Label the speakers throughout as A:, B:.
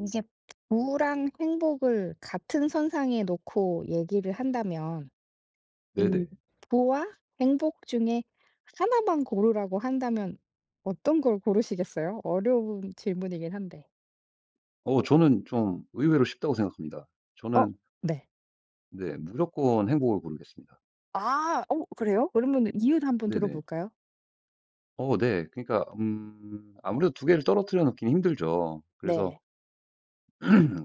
A: 이게 부랑 행복을 같은 선상에 놓고 얘기를 한다면 이
B: 네네.
A: 부와 행복 중에 하나만 고르라고 한다면 어떤 걸 고르시겠어요? 어려운 질문이긴 한데.
B: 어 저는 좀 의외로 쉽다고 생각합니다.
A: 어.
B: 저는
A: 네.
B: 네 무조건 행복을 고르겠습니다.
A: 아. 어 그래요? 그러면 이유 한번
B: 네네.
A: 들어볼까요?
B: 어 네. 그러니까 아무래도 두 개를 떨어뜨려 놓기는 힘들죠. 그래서
A: 네.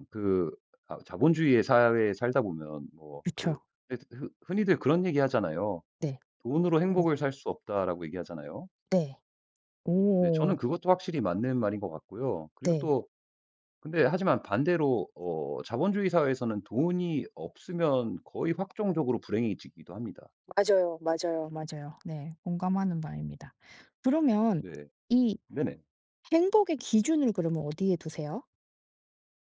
B: 그 아 자본주의의 사회에 살다 보면 뭐
A: 그쵸.
B: 그 예 흔 흔히들 그런 얘기 하잖아요.
A: 네.
B: "돈으로
A: 어
B: 행복을 살 수 없다."라고 얘기하잖아요.
A: 네.
B: 네 저는
A: 오.
B: 그것도 확실히 맞는 말인 것 같고요. 그리고
A: 네.
B: 또 근데 하지만 반대로 어 자본주의 사회에서는 돈이 없으면 거의 확정적으로 불행해지기도 합니다.
A: 맞아요, 맞아요. 맞아요. 네. 공감하는 바입니다. 그러면
B: 네.
A: 이
B: 네네.
A: 행복의 기준을 그러면 어디에 두세요?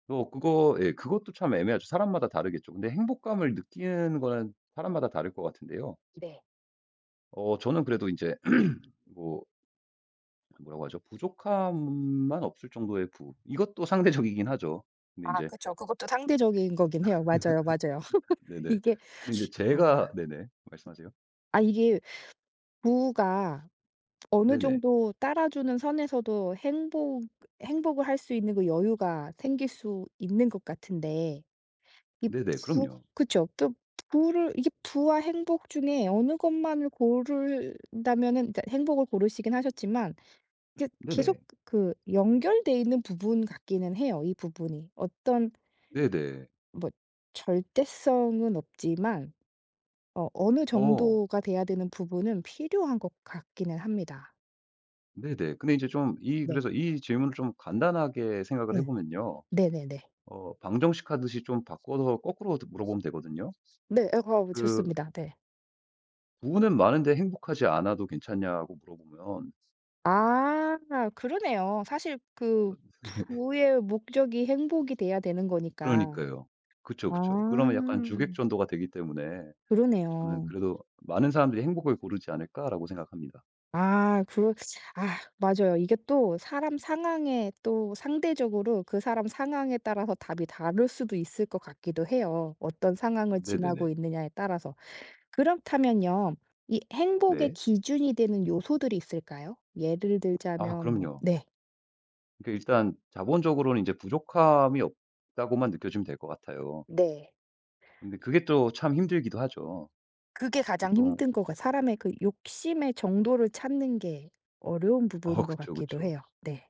B: 또 그거 예 그것도 참 애매하죠. 사람마다 다르겠죠. 근데 행복감을 느끼는 거는 사람마다 다를 것 같은데요.
A: 네.
B: 어 저는 그래도 이제 뭐 뭐라고 하죠? 부족함만 없을 정도의 부 이것도 상대적이긴 하죠. 근데 이
A: 아
B: 제
A: 그쵸. 그것도 상대적인 거긴 해요. 맞아요, 맞아요.
B: 네네.
A: 이게
B: 근데 이제 제가
A: 아.
B: 네네. 말씀하세요.
A: 아 이게 부가 어느
B: 네네.
A: 정도 따라주는 선에서도 행복을 할 수 있는 그 여유가 생길 수 있는 것 같은데 이
B: 네네.
A: 부
B: 그럼요.
A: 그쵸. 또 부를 이게 부와 행복 중에 어느 것만을 고른다면은 이제 행복을 고르시긴 하셨지만 이게
B: 네네.
A: 계속 그 연결돼 있는 부분 같기는 해요, 이 부분이. 어떤
B: 네네.
A: 뭐 절대성은 없지만 어 어느
B: 어
A: 정도가 돼야 되는 부분은 필요한 것 같기는 합니다.
B: 네네. 근데 이제 좀 이
A: 네.
B: 그래서 이 질문을 좀 간단하게 생각을 해
A: 네.
B: 보면요.
A: 네네네.
B: 어 방정식 하듯이 좀 바꿔서 거꾸로 물어보면 되거든요.
A: 네. 어
B: 그
A: 좋습니다. 네.
B: "부부는 많은데 행복하지 않아도 괜찮냐?"고 물어보면
A: 아 그러네요. 사실 그 부의 목적이 행복이 돼야 되는 거니까.
B: 그러니까요. 그쵸,
A: 아
B: 그쵸. 그러면 약간 주객전도가 되기 때문에 저는
A: 그러네요.
B: 그래도 '많은 사람들이 행복을 고르지 않을까?'라고 생각합니다.
A: 아 그러 아 맞아요. 이게 또 사람 상황에 또 상대적으로 그 사람 상황에 따라서 답이 다를 수도 있을 것 같기도 해요, 어떤 상황을 지나고
B: 네네네.
A: 있느냐에 따라서. 그렇다면요. 이 행복의
B: 네.
A: 기준이 되는 요소들이 있을까요? 예를
B: 아
A: 들자면 뭐
B: 그럼요.
A: 네.
B: 그러니까 일단 자본적으로는 이제 부족함이 없다고만 느껴지면 될 것 같아요.
A: 네.
B: 근데 그게 또 참 힘들기도 하죠.
A: 그게 가장
B: 보통
A: 힘든 것 같 사람의 그 욕심의 정도를 찾는 게 어려운
B: 어
A: 부분인 것
B: 그쵸,
A: 같기도
B: 그쵸.
A: 해요. 네.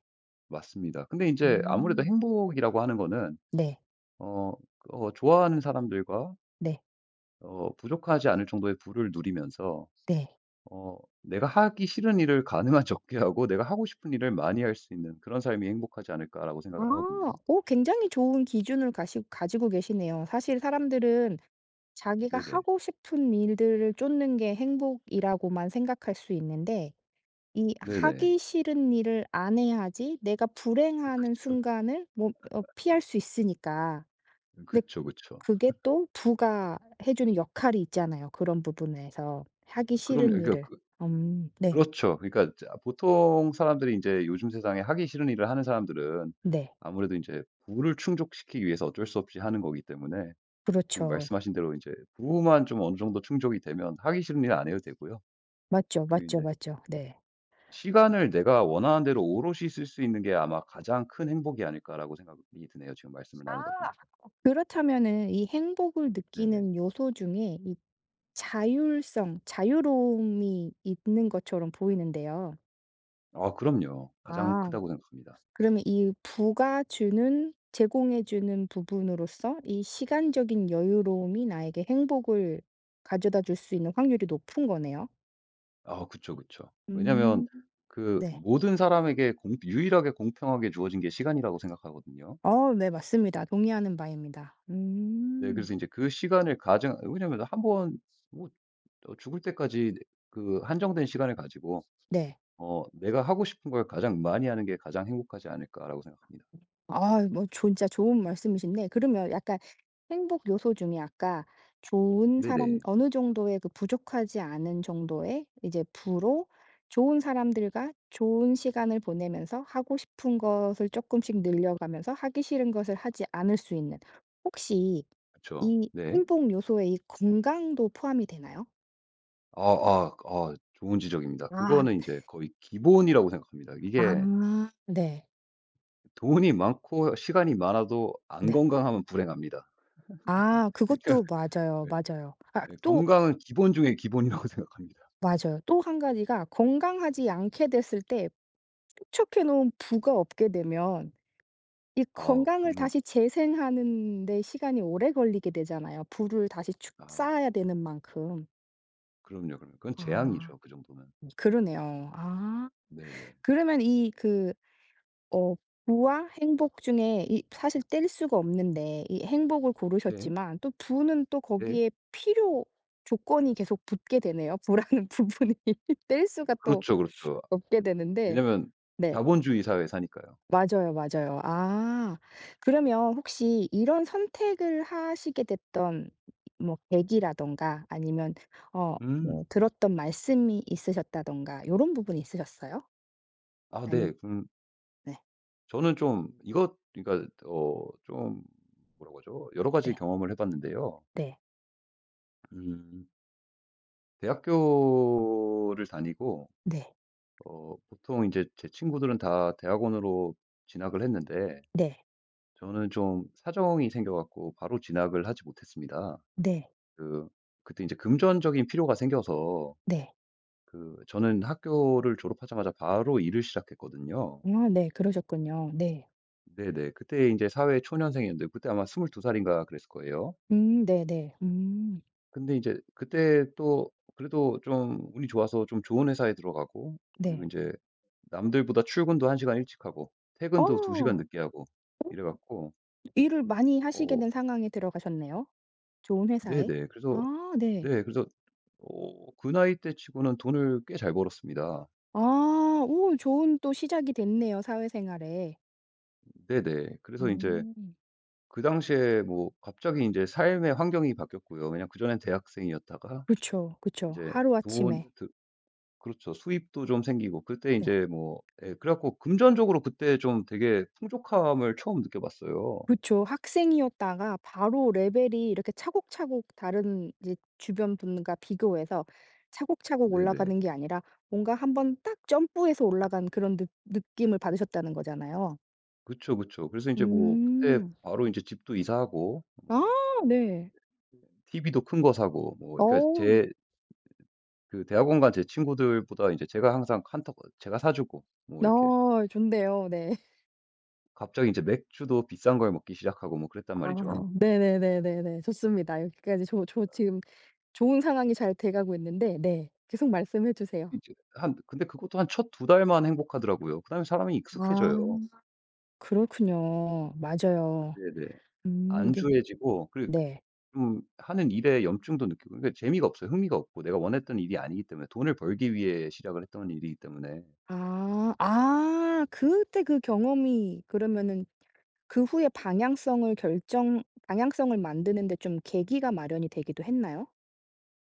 B: 맞습니다. 근데 이제 아무래도
A: 음.
B: 행복이라고 하는 거는
A: 네.
B: 어 좋아하는 사람들과
A: 네.
B: 부족하지 않을 정도의 부를 누리면서
A: 네.
B: 어 내가 하기 싫은 일을 가능한 적게 하고 내가 하고 싶은 일을 많이 할 수 있는 그런 삶이 행복하지 않을까라고
A: 아.
B: 생각을 하거든요.
A: 오, 굉장히 좋은 기준을 가시 가지고 계시네요. 사실 사람들은 자기가
B: 네네.
A: 하고 싶은 일들을 쫓는 게 행복이라고만 생각할 수 있는데 이
B: 네네.
A: '하기 싫은 일을 안 해야지 내가 불행하는
B: 그쵸.
A: 순간을 뭐 어 피할 수 있으니까.' 근데
B: 그쵸, 그쵸.
A: 그게 또 부가 해 주는 역할이 있잖아요 그런 부분에서. 하기
B: 그럼요.
A: 싫은
B: 그러니까
A: 일을.
B: 그
A: 네.
B: 그렇죠. 그러니까 자 보통 사람들이 이제 요즘 세상에 하기 싫은 일을 하는 사람들은
A: 네.
B: 아무래도 이제 부를 충족시키기 위해서 어쩔 수 없이 하는 거기 때문에 지금
A: 그렇죠.
B: 말씀하신 대로 이제 부만 좀 어느 정도 충족이 되면 하기 싫은 일 안 해도 되고요.
A: 맞죠,
B: 그리고 이
A: 맞죠,
B: 제
A: 맞죠. 네.
B: 시간을 내가 원하는 대로 오롯이 쓸 수 있는 게 아마 가장 큰 행복이 아닐까라고 생각이 드네요, 지금 말씀을
A: 아.
B: 나누다 보니까.
A: 그렇다면은 이 행복을
B: 네네.
A: 느끼는 요소 중에 이 자율성, 자유로움이 있는 것처럼 보이는데요.
B: 아 그럼요. 가장
A: 아.
B: 크다고 생각합니다.
A: 그러면 이 부가 주는 제공해 주는 부분으로서 이 시간적인 여유로움이 나에게 행복을 가져다 줄 수 있는 확률이 높은 거네요.
B: 아 그쵸, 그쵸. 왜냐면
A: 음.
B: 그
A: 네.
B: 모든 사람에게 공 유일하게 공평하게 주어진 게 시간이라고 생각하거든요.
A: 어 네 맞습니다. 동의하는 바입니다.
B: 네
A: 음.
B: 그래서 이제 그 시간을 가장 왜냐면 한번 뭐 어 죽을 때까지 그 한정된 시간을 가지고
A: 네.
B: 어 '내가 하고 싶은 걸 가장 많이 하는 게 가장 행복하지 않을까.'라고 생각합니다.
A: 아 뭐 좋- 진짜 좋은 말씀이신데 그러면 약간 행복 요소 중에 아까 좋은 사람
B: 네네.
A: 어느 정도의 그 부족하지 않은 정도의 이제 부로 좋은 사람들과 좋은 시간을 보내면서 하고 싶은 것을 조금씩 늘려가면서 하기 싫은 것을 하지 않을 수 있는 혹시
B: 그쵸.
A: 이
B: 네.
A: 행복 요소에 이 건강도 포함이 되나요?
B: 좋은 지적입니다.
A: 아.
B: 그거는 이제 거의 기본이라고 생각합니다. 이게
A: 아. 네.
B: 돈이 많고 시간이 많아도 안
A: 네.
B: 건강하면 불행합니다.
A: 아
B: 그러니까
A: 그것도 맞아요.
B: 네
A: 맞아요. 아
B: 네
A: 또
B: 건강은 기본 중에 기본이라고 생각합니다.
A: 맞아요. 또 한 가지가 건강하지 않게 됐을 때 축적해 놓은 부가 없게 되면 이
B: 아
A: 건강을
B: 그러면
A: 다시 재생하는 데 시간이 오래 걸리게 되잖아요, 부를 다시 축
B: 아
A: 쌓아야 되는 만큼.
B: 그럼요, 그럼요. 그건
A: 아
B: 재앙이죠, 그 정도면.
A: 그러네요. 아
B: 네네.
A: 그러면 이 그 어 부와 행복 중에 이 사실 뗄 수가 없는데 이 행복을
B: 네.
A: 고르셨지만 또 부는 또
B: 네.
A: 거기에 필요 조건이 계속 붙게 되네요. 부라는 부분이 뗄 수가 또
B: 그렇죠, 그렇죠.
A: 없게 되는데
B: 왜냐면
A: 네.
B: 자본주의 사회에 사니까요.
A: 맞아요, 맞아요. 아 그러면 혹시 이런 선택을 하시게 됐던 뭐 계기라든가 아니면 어 뭐
B: 음.
A: 들었던 말씀이 있으셨다든가 요런 부분이 있으셨어요?
B: 아
A: 아니면
B: 네. 그럼
A: 네.
B: 저는 좀 이것 그러니까 어 좀 뭐라고 하죠? 여러 가지
A: 네.
B: 경험을 해 봤는데요.
A: 네.
B: 음. 대학교를 다니고
A: 네.
B: 어 보통 이제 제 친구들은 다 대학원으로 진학을 했는데
A: 네.
B: 저는 좀 사정이 생겨 갖고 바로 진학을 하지 못했습니다.
A: 네.
B: 그 그때 이제 금전적인 필요가 생겨서
A: 네.
B: 그 저는 학교를 졸업하자마자 바로 일을 시작했거든요.
A: 아 네. 그러셨군요. 네.
B: 네네. 그때 이제 사회 초년생이었는데 그때 아마 22살 살인가 그랬을 거예요.
A: 네네.
B: 근데 이제 그때 또 그래도 좀 운이 좋아서 좀 좋은 회사에 들어가고 그리고
A: 네.
B: 이제 남들보다 출근도 1시간 시간 일찍 하고 퇴근도 2시간 시간
A: 어
B: 늦게 하고 이래 갖고
A: 일을 많이 하시게
B: 어
A: 된 상황에 들어가셨네요, 좋은 회사에.
B: 네네. 그래서
A: 아 네.
B: 네 그래서 어 그 나이 때 치고는 돈을 꽤 잘 벌었습니다.
A: 아 오 좋은 또 시작이 됐네요, 사회생활에.
B: 네네. 그래서 이제
A: 음.
B: 그 당시에 뭐 갑자기 이제 삶의 환경이 바뀌었고요. 왜냐면 그전엔 대학생이었다가
A: 그쵸,
B: 이
A: 그쵸.
B: 제돈
A: 하루아침에.
B: 그렇죠. 수입도 좀 생기고 그때 이
A: 네.
B: 제 뭐 예 그래 갖고 금전적으로 그때 좀 되게 풍족함을 처음 느껴봤어요.
A: 그쵸. 학생이었다가 바로 레벨이 이렇게 차곡차곡 다른 이제 주변 분과 비교해서 차곡차곡
B: 네네.
A: 올라가는 게 아니라 뭔가 한번 딱 점프해서 올라간 그런 느 느낌을 받으셨다는 거잖아요.
B: 그쵸, 그쵸. 그래서 인제 뭐 그때
A: 음.
B: 바로 인제 집도 이사하고
A: 아
B: 뭐
A: 네.
B: TV도 큰 거 사고 뭐 그러니까
A: 어우
B: 제 그 대학원 간 제 친구들보다 인제 제가 항상 한턱 제가 사 주고 뭐 이렇게
A: 아 좋네요. 네.
B: 갑자기 인제 맥주도 비싼 걸 먹기 시작하고 뭐 그랬단
A: 아
B: 말이죠.
A: 네네네네네. 좋습니다. 여기까지 저 지금 좋은 상황이 잘 돼 가고 있는데 네 계속 말씀해 주세요.
B: 이제 한 근데 그것도 한 첫 두 달만 행복하더라고요. 그다음에 사람이
A: 아.
B: 익숙해져요.
A: 그렇군요. 맞아요.
B: 네네.
A: 이게
B: 안주해지고 그리
A: 네.
B: 좀 하는 일에 염증도 느끼고 그러니까 재미가 없어요. 흥미가 없고 내가 원했던 일이 아니기 때문에 돈을 벌기 위해 시작을 했던 일이기 때문에.
A: 아. 아 그때 그 경험이 그러면은 그 후에 방향성을 결정 방향성을 만드는 데 좀 계기가 마련이 되기도 했나요?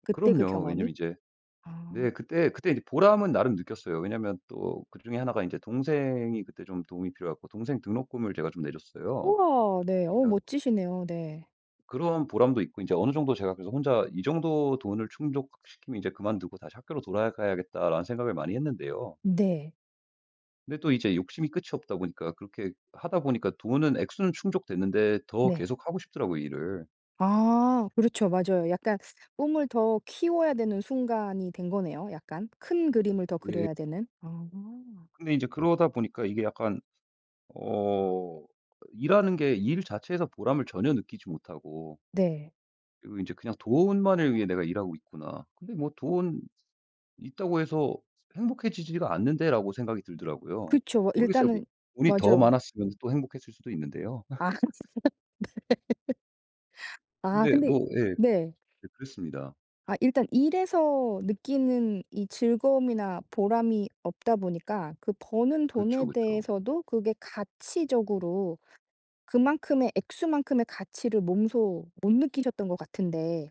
A: 그때 그
B: 그럼요. 왜냐면
A: 경험이?
B: 이제
A: 아.
B: 네 그때 이제 보람은 나름 느꼈어요. 왜냐면 또 그중에 하나가 인제 동생이 그때 좀 도움이 필요했고 동생 등록금을 제가 좀 내줬어요.
A: 우와. 네. 어
B: 그러니까
A: 멋지시네요. 네.
B: 그런 보람도 있고 인제 어느 정도 제가 그래서 혼자 '이 정도 돈을 충족시키면 이제 그만두고 다시 학교로 돌아가야겠다.'라는 생각을 많이 했는데요.
A: 네.
B: 근데 또 이제 욕심이 끝이 없다 보니까 그렇게 하다 보니까 돈은 액수는 충족됐는데 더
A: 네.
B: 계속 하고 싶더라고요, 일을.
A: 아 그렇죠. 맞아요. 약간 꿈을 더 키워야 되는 순간이 된 거네요 약간. 큰 그림을 더
B: 네.
A: 그려야 되는. 아.
B: 근데 이제 그러다 보니까 이게 약간 어 일하는 게 일 자체에서 보람을 전혀 느끼지 못하고
A: 네.
B: 그리고 이제 그냥 '돈만을 위해 내가 일하고 있구나. 근데 뭐 돈 있다고 해서 행복해지지가 않는데.'라고 생각이 들더라고요.
A: 그렇죠
B: 모르겠어요. 뭐
A: 일단은
B: 돈이 더
A: 맞아요.
B: 많았으면 또 행복했을 수도 있는데요.
A: 아 아
B: 근데
A: 근데
B: 뭐 예.
A: 네.
B: 네 그랬습니다.
A: 아 일단 일에서 느끼는 이 즐거움이나 보람이 없다 보니까 그 버는
B: 그쵸,
A: 돈에
B: 그쵸.
A: 대해서도 그게 가치적으로 그만큼의 액수만큼의 가치를 몸소 못 느끼셨던 것 같은데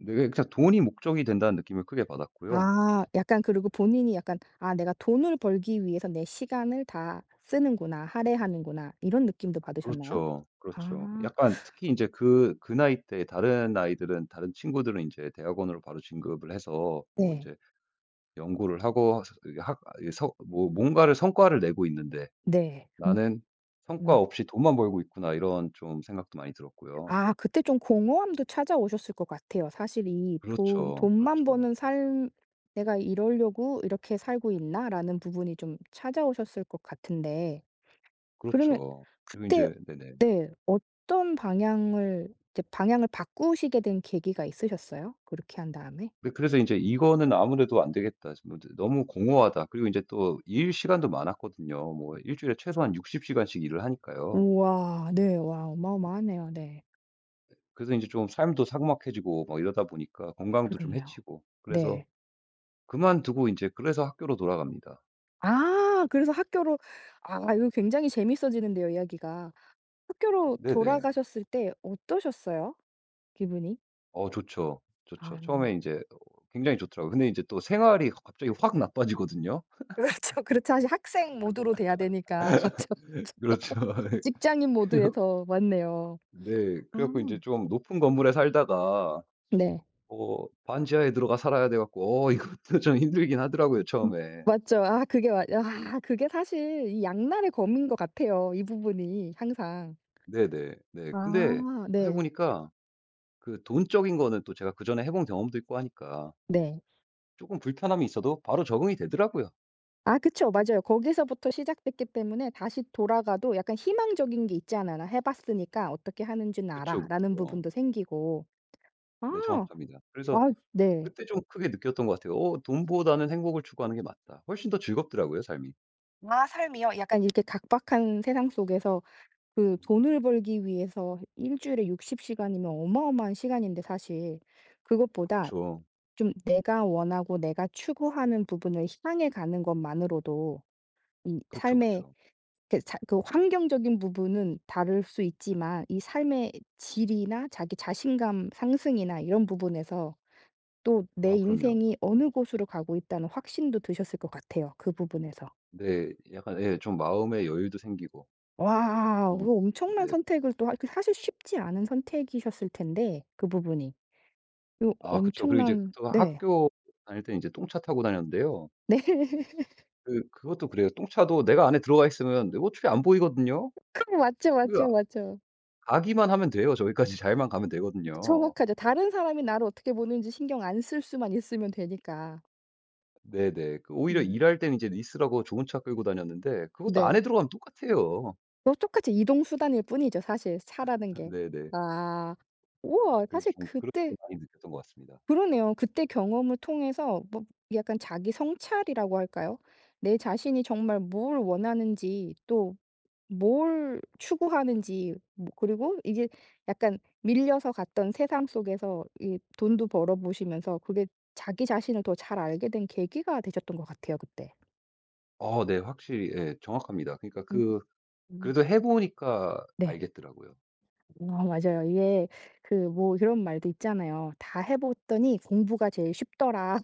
B: 네 그냥 돈이 목적이 된다는 느낌을 크게 받았고요.
A: 아 약간 그리고 본인이 약간 '아 내가 돈을 벌기 위해서 내 시간을 다 쓰는구나. 할애하는구나.' 이런 느낌도 받으셨나요?
B: 그렇죠. 그렇죠.
A: 아
B: 약간 특히 인제 그 나이 때 다른 아이들은 다른 친구들은 인제 대학원으로 바로 진급을 해서 뭐
A: 네.
B: 인제 연구를 하고 서 이게 학 이게 서 뭐 뭔가를 성과를 내고 있는데
A: 네. 음.
B: '나는 성과
A: 음.
B: 없이 돈만 벌고 있구나.' 이런 좀 생각도 많이 들었고요.
A: 아 그때 좀 공허함도 찾아오셨을 것 같아요. 사실 이 돈
B: 그렇죠.
A: '돈만
B: 그렇죠.
A: 버는 삶 내가 이러려고 이렇게 살고 있나?'라는 부분이 좀 찾아오셨을 것 같은데 그러면
B: 그렇죠. 그리고
A: 그때
B: 인제 네네.
A: 네 어떤 방향을 이제 방향을 바꾸시게 된 계기가 있으셨어요? 그렇게 한 다음에?
B: 네 그래서 인제 '이거는 아무래도 안 되겠다. 지금 너 너무 공허하다.' 그리고 인제 또 일 시간도 많았거든요. 뭐 일주일에 최소한 60시간 시간씩 일을 하니까요.
A: 우와. 네. 와 어마어마하네요. 네.
B: 그래서 인제 좀 삶도 삭막해지고 막 이러다 보니까 건강도 좀
A: 그러네요.
B: 해치고 그래서
A: 네.
B: 그만두고 인제 그래서 학교로 돌아갑니다.
A: 아 그래서 학교로 아 이거 굉장히 재밌어지는데요 이야기가. 학교로
B: 네네.
A: 돌아가셨을 때 어떠셨어요? 기분이?
B: 어 좋죠.
A: 아
B: 좋죠. 처음에 인제 어 굉장히 좋더라고요. 근데 인제 또 생활이 갑자기 확 나빠지거든요.
A: 그렇죠. 그렇죠. 사실 학생 모드로 돼야 되니까. 맞죠, 맞죠.
B: 그렇죠. 예.
A: 직장인
B: 그래
A: 모드에서 왔네요.
B: 네.
A: 아
B: 그래 갖고 인제 좀 높은 건물에 살다가
A: 네.
B: 어 반지하에 들어가 살아야 돼 갖고 어 이것도 좀 힘들긴 하더라고요
A: 음
B: 처음에.
A: 맞죠. 아 그게 맞 아 그게 사실 이 양날의 검인 것 같아요, 이 부분이 항상.
B: 네네. 네. 근데
A: 아
B: 또 해
A: 네.
B: 보니까 그 돈적인 거는 또 제가 그전에 해본 경험도 있고 하니까 뭐
A: 네.
B: 쪼끔 불편함이 있어도 바로 적응이 되더라고요.
A: 아 그쵸. 맞아요. 거기서부터 시작됐기 때문에 다시 돌아가도 약간 희망적인 게있않아 '나 해 봤으니까 어떻게 하는지는
B: 그쵸,
A: 알아.'라는
B: 그쵸. 어,
A: 부분도 생기고. 아.
B: 네 정확합니다. 그래서
A: 아 네.
B: 그때 좀 크게 느꼈던 것 같아요. '어 돈보다는 행복을 추구하는 게 맞다.' 훨씬 더 즐겁더라고요 삶이.
A: 아 삶이요? 약간 이렇게 각박한 세상 속에서 그 돈을 벌기 위해서 일 주일에 60 시간이면 어마어마한 시간인데 사실 그것보다
B: 그쵸.
A: 좀 내가 원하고 내가 추구하는 부분을 향해 가는 것만으로도 이
B: 그쵸,
A: 삶의
B: 그쵸.
A: 그 자 그 환경적인 부분은 다를 수 있지만 이 삶의 질이나 자기 자신감 상승이나 이런 부분에서 또 '내
B: 아 그럼요.
A: 인생이 어느 곳으로 가고 있다.'는 확신도 드셨을 것 같아요, 그 부분에서.
B: 네. 약간 예 좀 마음의 여유도 생기고
A: 와.
B: 좀
A: 그 엄청난
B: 네.
A: 선택을 또 하 그 사실 쉽지 않은 선택이셨을 텐데 그 부분이. 그
B: 아 그쵸. 그리고 이제
A: 엄청난
B: 또
A: 네.
B: 학교 다닐 때 이제 똥차 타고 다녔는데요.
A: 네.
B: 그 그것도 그래요. 똥차도 내가 안에 들어가 있으면 네 어차피 안 보이거든요.
A: 그 맞죠,
B: 그 아,
A: 맞죠, 맞죠.
B: 가기만 하면 돼요. 저기까지 잘만 가면 되거든요.
A: 정확하죠. 다른 사람이 나를 어떻게 보는지 신경 안 쓸 수만 있으면 되니까.
B: 네네. 그 오히려
A: 음.
B: 일할 때는 이제 리스라고 좋은 차 끌고 다녔는데 그것도 안에
A: 네.
B: 들어가면 똑같아요.
A: 또 똑같이 이동 수단일 뿐이죠 사실 차라는 게.
B: 네네.
A: 아. 우와.
B: 그래서
A: 사실
B: 좀 그렇게
A: 그때
B: 많이 느꼈던 것 같습니다.
A: 그러네요. 그때 경험을 통해서 뭐 약간 자기 성찰이라고 할까요? 내 자신이 정말 뭘 원하는지 또 뭘 추구하는지 뭐 그리고 이게 약간 밀려서 갔던 세상 속에서 이 돈도 벌어 보시면서 그게 자기 자신을 더 잘 알게 된 계기가 되셨던 것 같아요 그때.
B: 어 네. 확실히 예 정확합니다. 그러니까
A: 음.
B: 그
A: 음.
B: 그래도 해 보니까
A: 네.
B: 알겠더라고요.
A: 아 맞아요. 이게 그 뭐 이런 말도 있잖아요. "다 해 봤더니 공부가 제일 쉽더라."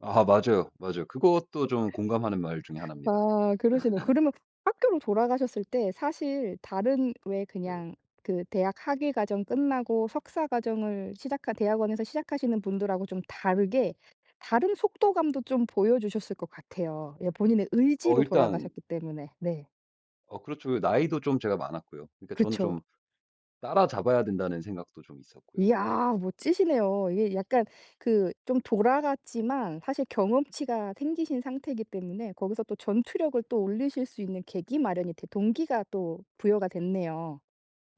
B: 아 맞아요, 맞아요. 그것도 좀 공감하는 말 중에 하나입니다.
A: 아 그러시네요. 그러면 학교로 돌아가셨을 때 사실 다른 왜
B: 네.
A: 그냥 그 대학 학위 과정 끝나고 석사 과정을 시작한 대학원에서 시작하시는 분들하고 좀 다르게 다른 속도감도 좀 보여주셨을 것 같아요. 예 본인의
B: 어
A: 의지로
B: 일단
A: 돌아가셨기 때문에. 네.
B: 어 그렇죠. 그 나이도 좀 제가 많았고요. 그러니까 저는
A: 그쵸.
B: 좀 따라잡아야 된다는 생각도 좀 있었고요.
A: 이야 멋지시네요. 이게 약간 그 좀 돌아갔지만 사실 경험치가 생기신 상태이기 때문에 거기서 또 전투력을 또 올리실 수 있는 계기 마련이 되 동기가 또 부여가 됐네요.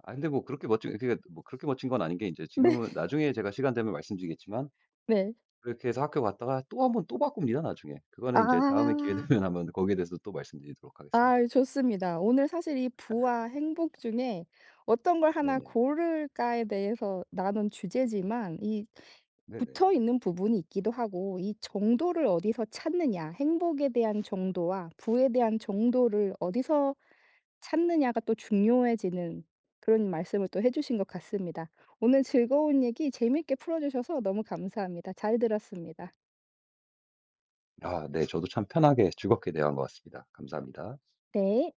B: 아 근데 뭐 그렇게 멋진 그러뭐 그렇게 멋진 건 아닌 게 이제
A: 네.
B: 지금은 나중에 제가 시간 되면 말씀드리겠지만
A: 네.
B: 그렇게 해서 학교 갔다가 또 한번 또 바꿉니다 나중에. 그거는 이제 다음에 기회 되면
A: 아.
B: 한번 거기에 대해서 또 말씀드리도록 하겠습니다.
A: 아 좋습니다. 오늘 사실 이 부와 행복 중에 어떤 걸 하나
B: 네네.
A: 고를까에 대해서 나눈 주제지만 이
B: 네네.
A: 붙어 있는 부분이 있기도 하고 이 정도를 어디서 찾느냐, 행복에 대한 정도와 부에 대한 정도를 어디서 찾느냐가 또 중요해지는 그런 말씀을 또 해 주신 것 같습니다. 오늘 즐거운 얘기 재밌게 풀어 주셔서 너무 감사합니다. 잘 들었습니다.
B: 아 네. 저도 참 편하게 즐겁게 대화한 것 같습니다. 감사합니다.
A: 네.